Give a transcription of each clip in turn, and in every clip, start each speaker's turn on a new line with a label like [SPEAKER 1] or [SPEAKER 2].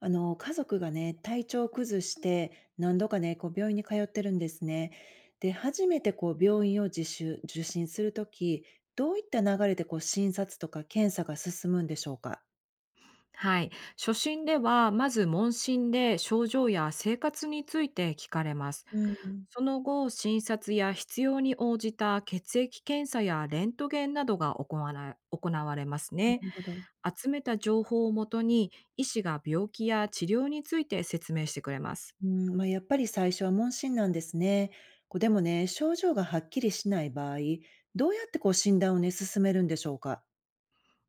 [SPEAKER 1] 家族がね、体調を崩して、何度かね、病院に通ってるんですね。で、初めて病院を自主受診するとき、どういった流れで診察とか検査が進むんでしょうか？
[SPEAKER 2] はい。初診では、まず問診で症状や生活について聞かれます。
[SPEAKER 1] うん。
[SPEAKER 2] その後、診察や必要に応じた血液検査やレントゲンなどが行われ行われます
[SPEAKER 1] な
[SPEAKER 2] ね。
[SPEAKER 1] るほど。
[SPEAKER 2] 集めた情報をもとに、医師が病気や治療について説明してくれます。
[SPEAKER 1] うん、まあ、やっぱり最初は問診なんですね。でもね、症状がはっきりしない場合、どうやって診断をね、進めるんでしょうか？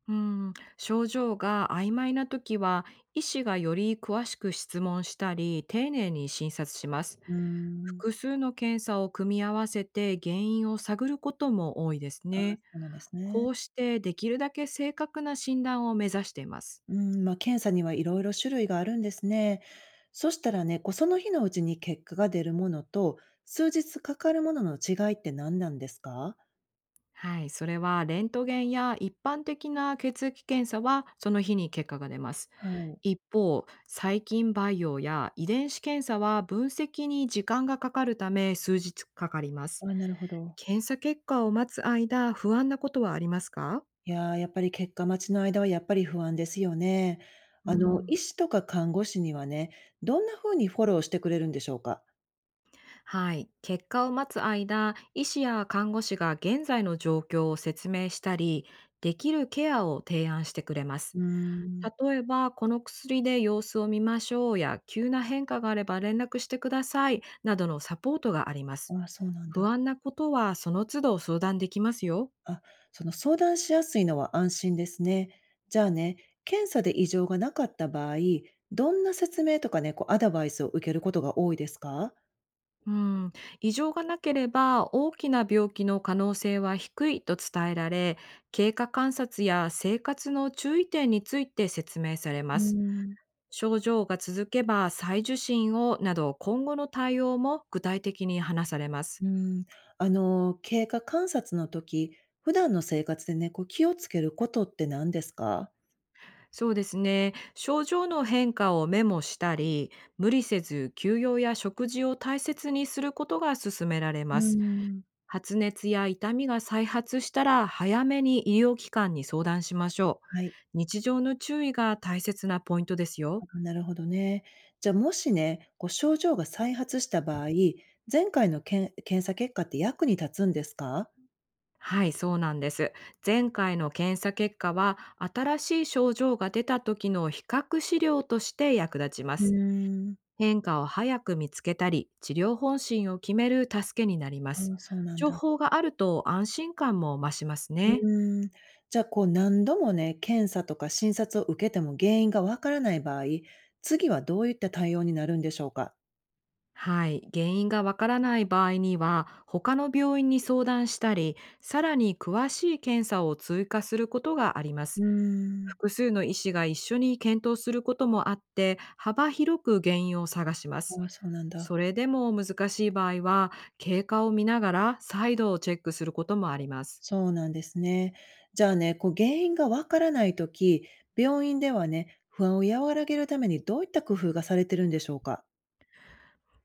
[SPEAKER 2] うん、症状が曖昧な時は、医師がより詳しく質問したり丁寧に診察します。
[SPEAKER 1] うーん。
[SPEAKER 2] 複数の検査を組み合わせて原因を探ることも多いです
[SPEAKER 1] あ、そ
[SPEAKER 2] ね。
[SPEAKER 1] うなんです
[SPEAKER 2] こ
[SPEAKER 1] ね。
[SPEAKER 2] うしてできるだけ正確な診断を目指しています。
[SPEAKER 1] うん、まあ、検査にはいろいろ種類があるんですね。そしたらね、その日のうちに結果が出るものと、数日かかるものの違いって何なんですか？
[SPEAKER 2] はい、それはレントゲンや一般的な血液検査はその日に結果が出ます。
[SPEAKER 1] はい。
[SPEAKER 2] 一方、細菌培養や遺伝子検査は分析に時間がかかるため、数日かかります。
[SPEAKER 1] あ、なるほど。
[SPEAKER 2] 検査結果を待つ間、不安なことはありますか？
[SPEAKER 1] いやー、やっぱり結果待ちの間はやっぱり不安ですよね。
[SPEAKER 2] うん、
[SPEAKER 1] 医師とか看護師にはね、どんな風にフォローしてくれるんでしょうか？
[SPEAKER 2] はい。結果を待つ間、医師や看護師が現在の状況を説明したり、できるケアを提案してくれます。
[SPEAKER 1] うーん。
[SPEAKER 2] 例えば、この薬で様子を見ましょうや、急な変化があれば連絡してくださいなどのサポートがあります。
[SPEAKER 1] あ、そうなん
[SPEAKER 2] 不
[SPEAKER 1] だ。
[SPEAKER 2] 安なことはその都度相談できますよ。
[SPEAKER 1] あ、その相談しやすいのは安心ですね。じゃあね、検査で異常がなかった場合、どんな説明とかね、アドバイスを受けることが多いですか？
[SPEAKER 2] うん、異常がなければ大きな病気の可能性は低いと伝えられ、経過観察や生活の注意点について説明され
[SPEAKER 1] う
[SPEAKER 2] ま
[SPEAKER 1] ー
[SPEAKER 2] す。
[SPEAKER 1] ん。
[SPEAKER 2] 症状が続けば再受診をなど、今後の対応も具体的に話されます。
[SPEAKER 1] うーん。経過観察の時、普段の生活でね、気をつけることって何ですか？
[SPEAKER 2] そうですね。症状の変化をメモしたり、無理せず休養や食事を大切にすることが勧められ
[SPEAKER 1] うー
[SPEAKER 2] ます。
[SPEAKER 1] ん。
[SPEAKER 2] 発熱や痛みが再発したら早めに医療機関に相談しましょう。
[SPEAKER 1] はい。
[SPEAKER 2] 日常の注意が大切なポイントですよ。
[SPEAKER 1] あ、なるほどね。じゃあもしね、症状が再発した場合、前回の検査結果って役に立つんですか？
[SPEAKER 2] はい、そうなんです。前回の検査結果は新しい症状が出た時の比較資料として役立ちま
[SPEAKER 1] う
[SPEAKER 2] す。
[SPEAKER 1] ーん。
[SPEAKER 2] 変化を早く見つけたり、治療方針を決める助けになりま
[SPEAKER 1] あ、
[SPEAKER 2] す。
[SPEAKER 1] そうなん
[SPEAKER 2] 情
[SPEAKER 1] だ。
[SPEAKER 2] 報があると安心感も増します
[SPEAKER 1] う
[SPEAKER 2] ね。
[SPEAKER 1] ーん。じゃあ、何度もね、検査とか診察を受けても原因がわからない場合、次はどういった対応になるんでしょうか？
[SPEAKER 2] はい、原因がわからない場合には、他の病院に相談したり、さらに詳しい検査を追加することがありま
[SPEAKER 1] う
[SPEAKER 2] す。
[SPEAKER 1] ーん。
[SPEAKER 2] 複数の医師が一緒に検討することもあって、幅広く原因を探します。
[SPEAKER 1] ああ、そうなんだ。
[SPEAKER 2] それでも難しい場合は、経過を見ながら再度チェックすることもあります。
[SPEAKER 1] そうなんですね。じゃあね、原因がわからない時、病院ではね、不安を和らげるためにどういった工夫がされてるんでしょうか？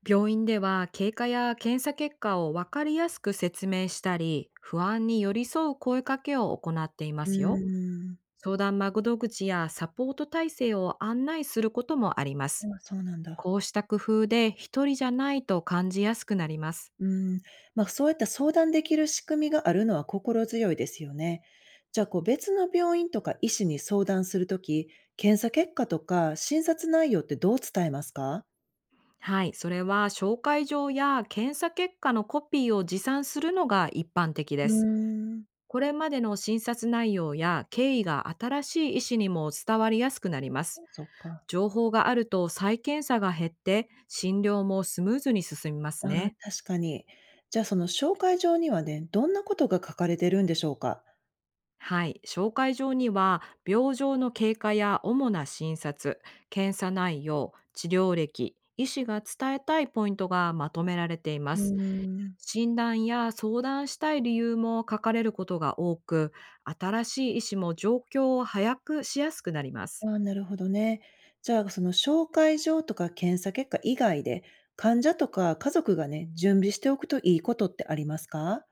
[SPEAKER 2] 病院では経過や検査結果をわかりやすく説明したり、不安に寄り添う声かけを行っていま
[SPEAKER 1] う
[SPEAKER 2] すよ。
[SPEAKER 1] ーん。
[SPEAKER 2] 相談窓口やサポート体制を案内することもありま
[SPEAKER 1] あ
[SPEAKER 2] す。
[SPEAKER 1] あ、そうなんだ。
[SPEAKER 2] こうした工夫で一人じゃないと感じやすくなります。
[SPEAKER 1] うん、まあ、そういった相談できる仕組みがあるのは心強いですよね。じゃあ、別の病院とか医師に相談するとき、検査結果とか診察内容ってどう伝えますか？
[SPEAKER 2] はい、それは紹介状や検査結果のコピーを持参するのが一般的
[SPEAKER 1] う
[SPEAKER 2] です。
[SPEAKER 1] ーん、
[SPEAKER 2] これまでの診察内容や経緯が新しい医師にも伝わりやすくなります。
[SPEAKER 1] そっか。
[SPEAKER 2] 情報があると再検査が減って診療もスムーズに進みます
[SPEAKER 1] ああ、
[SPEAKER 2] ね。
[SPEAKER 1] 確かに。じゃあ、その紹介状にはね、どんなことが書かれてるんでしょうか？
[SPEAKER 2] はい、紹介状には病状の経過や主な診察、検査内容、治療歴、医師が伝えたいポイントがまとめられていま
[SPEAKER 1] うー
[SPEAKER 2] す。
[SPEAKER 1] ん。
[SPEAKER 2] 診断や相談したい理由も書かれることが多く、新しい医師も状況を早くしやすくなります。
[SPEAKER 1] ああ、なるほどね。じゃあ、その紹介状とか検査結果以外で、患者とか家族がね、準備しておくといいことってありますか？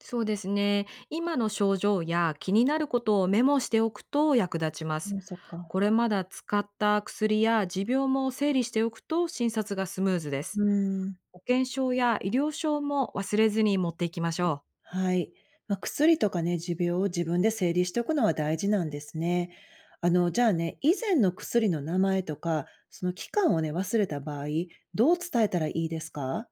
[SPEAKER 2] そうですね、今の症状や気になることをメモしておくと役立ちます。
[SPEAKER 1] うん、そっか。
[SPEAKER 2] これまだ使った薬や持病も整理しておくと診察がスムーズです。
[SPEAKER 1] うん。
[SPEAKER 2] 保険証や医療証も忘れずに持っていきましょ
[SPEAKER 1] はい。まあ、薬とかね、持病を自分で整理しておくのは大事なんですね。じゃあね、以前の薬の名前とか、その期間をね、忘れた場合、どう伝えたらいいですか？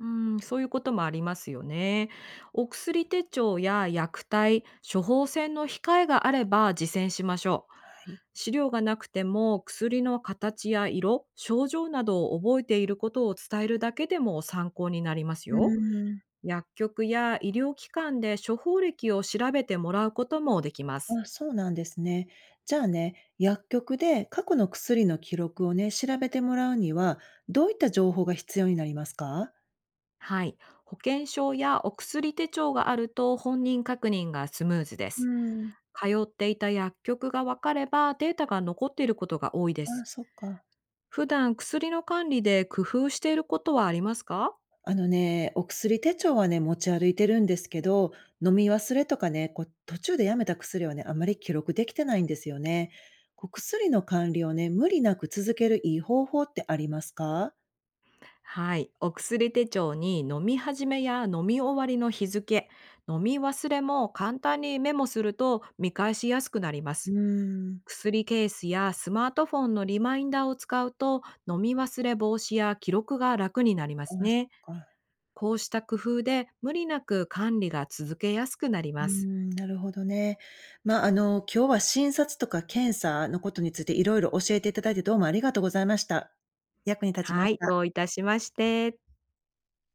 [SPEAKER 2] う。うん、そういうこともありますよね。お薬手帳や薬体、処方箋の控えがあれば実践しましょう。
[SPEAKER 1] はい。
[SPEAKER 2] 資料がなくても、薬の形や色、症状などを覚えていることを伝えるだけでも参考になります
[SPEAKER 1] う
[SPEAKER 2] よ。
[SPEAKER 1] ん。
[SPEAKER 2] 薬局や医療機関で処方歴を調べてもらうこともできます。
[SPEAKER 1] あ、そうなんですね。じゃあね、薬局で過去の薬の記録をね、調べてもらうには、どういった情報が必要になりますか？
[SPEAKER 2] はい。保険証やお薬手帳があると本人確認がスムーズで
[SPEAKER 1] う
[SPEAKER 2] す。
[SPEAKER 1] ん。
[SPEAKER 2] 通っていた薬局が分かればデータが残っていることが多いで
[SPEAKER 1] あ、
[SPEAKER 2] す。
[SPEAKER 1] そっか。
[SPEAKER 2] 普段薬の管理で工夫していることはありますか？
[SPEAKER 1] あのね、お薬手帳はね、持ち歩いてるんですけど、飲み忘れとかね、途中でやめた薬はね、あまり記録できてないんですよね。薬の管理をね、無理なく続けるいい方法ってありますか？
[SPEAKER 2] はい。お薬手帳に飲み始めや飲み終わりの日付、飲み忘れも簡単にメモすると見返しやすくなりま
[SPEAKER 1] う
[SPEAKER 2] す。
[SPEAKER 1] ーん。
[SPEAKER 2] 薬ケースやスマートフォンのリマインダーを使うと、飲み忘れ防止や記録が楽になりま
[SPEAKER 1] あ、
[SPEAKER 2] す
[SPEAKER 1] そっ
[SPEAKER 2] ね。
[SPEAKER 1] か。
[SPEAKER 2] こうした工夫で無理なく管理が続けやすくなり
[SPEAKER 1] うー
[SPEAKER 2] ます。
[SPEAKER 1] ん、なるほどね。ま、今日は診察とか検査のことについていろいろ教えていただいて、どうもありがとうございました。役に立ちま
[SPEAKER 2] は
[SPEAKER 1] し
[SPEAKER 2] い、
[SPEAKER 1] た。
[SPEAKER 2] どういたしまして。